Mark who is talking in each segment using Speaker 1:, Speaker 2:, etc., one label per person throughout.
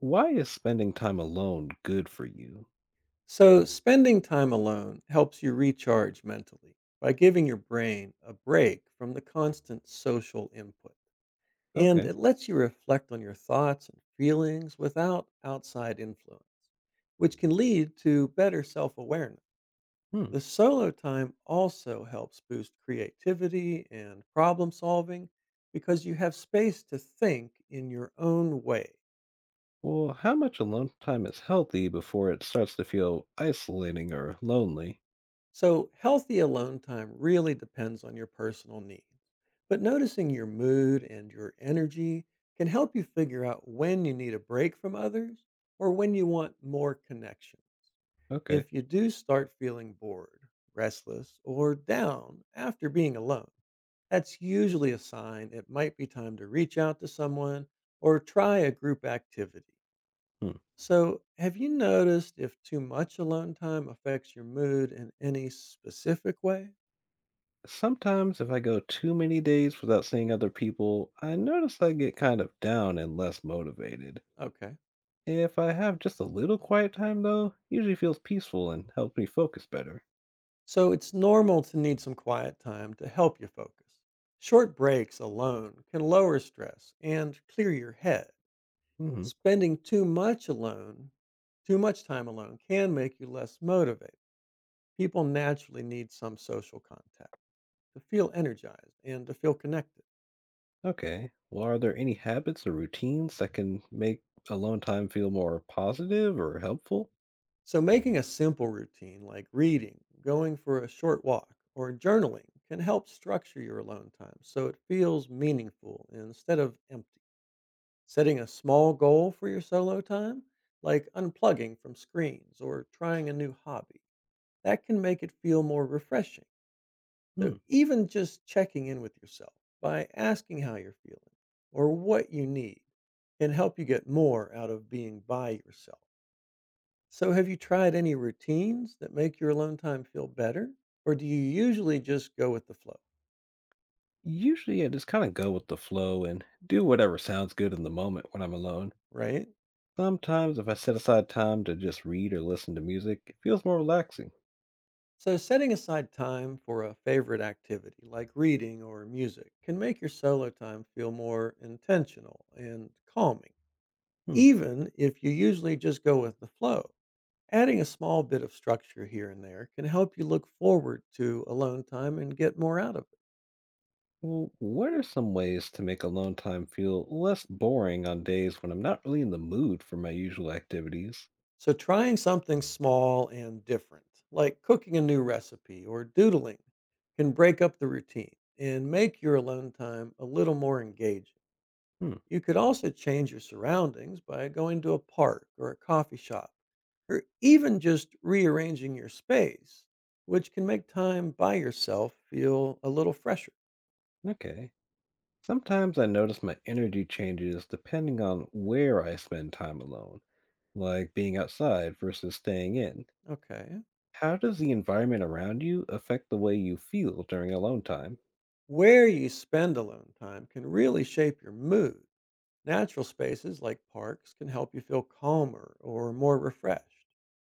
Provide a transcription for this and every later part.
Speaker 1: Why is spending time alone good for you?
Speaker 2: So, spending time alone helps you recharge mentally by giving your brain a break from the constant social input. And
Speaker 1: Okay.
Speaker 2: it lets you reflect on your thoughts and feelings without outside influence, which can lead to better self awareness.
Speaker 1: Hmm.
Speaker 2: The solo time also helps boost creativity and problem solving because you have space to think in your own way.
Speaker 1: Well, how much alone time is healthy before it starts to feel isolating or lonely?
Speaker 2: So, healthy alone time really depends on your personal needs. But noticing your mood and your energy can help you figure out when you need a break from others or when you want more connection.
Speaker 1: Okay.
Speaker 2: If you do start feeling bored, restless, or down after being alone, that's usually a sign it might be time to reach out to someone or try a group activity.
Speaker 1: Hmm.
Speaker 2: So, have you noticed if too much alone time affects your mood in any specific way?
Speaker 1: Sometimes if I go too many days without seeing other people, I notice I get kind of down and less motivated.
Speaker 2: Okay.
Speaker 1: If I have just a little quiet time though, usually feels peaceful and helps me focus better.
Speaker 2: So it's normal to need some quiet time to help you focus. Short breaks alone can lower stress and clear your head.
Speaker 1: Hmm.
Speaker 2: Spending too much alone, Too much time alone can make you less motivated. People naturally need some social contact to feel energized and to feel connected.
Speaker 1: Okay. Well, are there any habits or routines that can make alone time feel more positive or helpful?
Speaker 2: So making a simple routine like reading, going for a short walk, or journaling can help structure your alone time so it feels meaningful instead of empty. Setting a small goal for your solo time, like unplugging from screens or trying a new hobby, that can make it feel more refreshing. So,
Speaker 1: Hmm.
Speaker 2: even just checking in with yourself by asking how you're feeling or what you need can help you get more out of being by yourself. So, have you tried any routines that make your alone time feel better? Or do you usually just go with the flow,
Speaker 1: Usually, I just kind of go with the flow and do whatever sounds good in the moment when I'm alone.
Speaker 2: right?
Speaker 1: Sometimes, if I set aside time to just read or listen to music, it feels more relaxing.
Speaker 2: So, setting aside time for a favorite activity like reading or music can make your solo time feel more intentional and calming,
Speaker 1: Hmm.
Speaker 2: even if you usually just go with the flow. Adding a small bit of structure here and there can help you look forward to alone time and get more out of it.
Speaker 1: Well, what are some ways to make alone time feel less boring on days when I'm not really in the mood for my usual activities?
Speaker 2: So, trying something small and different, like cooking a new recipe or doodling, can break up the routine and make your alone time a little more engaging.
Speaker 1: Hmm.
Speaker 2: You could also change your surroundings by going to a park or a coffee shop, or even just rearranging your space, which can make time by yourself feel a little fresher.
Speaker 1: Okay. Sometimes I notice my energy changes depending on where I spend time alone, like being outside versus staying in.
Speaker 2: Okay.
Speaker 1: How does the environment around you affect the way you feel during alone time?
Speaker 2: Where you spend alone time can really shape your mood. Natural spaces like parks can help you feel calmer or more refreshed.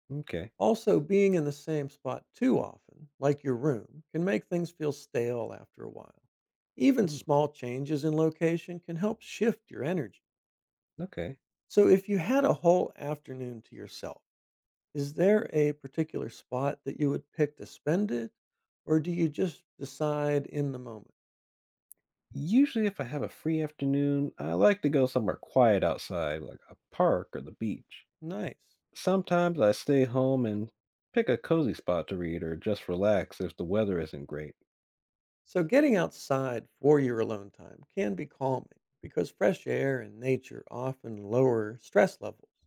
Speaker 1: Okay.
Speaker 2: Also, being in the same spot too often, like your room, can make things feel stale after a while. Even
Speaker 1: Mm,
Speaker 2: small changes in location can help shift your energy.
Speaker 1: okay.
Speaker 2: So, if you had a whole afternoon to yourself, is there a particular spot that you would pick to spend it? Or do you just decide in the moment?
Speaker 1: Usually, if I have a free afternoon, I like to go somewhere quiet outside, like a park or the beach.
Speaker 2: Nice.
Speaker 1: Sometimes I stay home and pick a cozy spot to read or just relax if the weather isn't great.
Speaker 2: So, getting outside for your alone time can be calming because fresh air and nature often lower stress levels.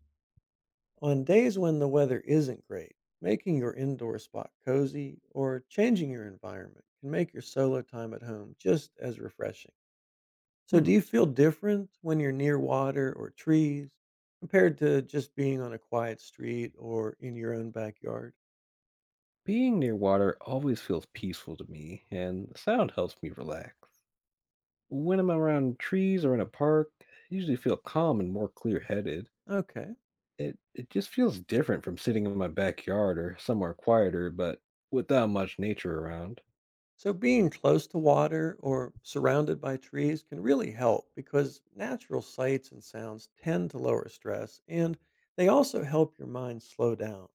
Speaker 2: On days when the weather isn't great, making your indoor spot cozy or changing your environment can make your solo time at home just as refreshing. So,
Speaker 1: Hmm.
Speaker 2: do you feel different when you're near water or trees compared to just being on a quiet street or in your own backyard?
Speaker 1: Being near water always feels peaceful to me, and the sound helps me relax. When I'm around trees or in a park, I usually feel calm and more clear headed.
Speaker 2: Okay.
Speaker 1: It just feels different from sitting in my backyard or somewhere quieter, but without much nature around.
Speaker 2: So, being close to water or surrounded by trees can really help because natural sights and sounds tend to lower stress and they also help your mind slow down.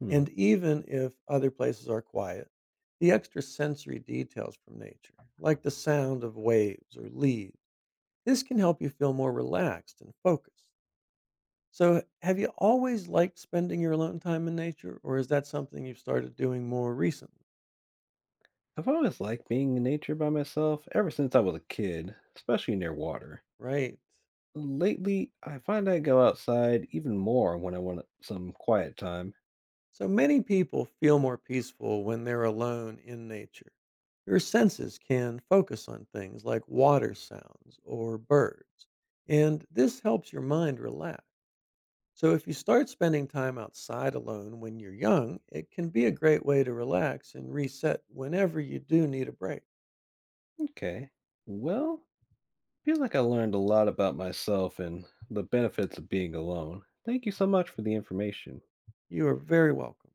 Speaker 1: Hmm.
Speaker 2: And even if other places are quiet, the extra sensory details from nature, like the sound of waves or leaves, this can help you feel more relaxed and focused. So, have you always liked spending your alone time in nature, or is that something you've started doing more recently?
Speaker 1: I've always liked being in nature by myself ever since I was a kid, especially near water.
Speaker 2: Right.
Speaker 1: Lately, I find I go outside even more when I want some quiet time.
Speaker 2: So, many people feel more peaceful when they're alone in nature. Your senses can focus on things like water sounds or birds, and this helps your mind relax. So, if you start spending time outside alone when you're young, it can be a great way to relax and reset whenever you do need a break.
Speaker 1: Okay. Well, I feel like I learned a lot about myself and the benefits of being alone. Thank you so much for the information.
Speaker 2: You are very welcome.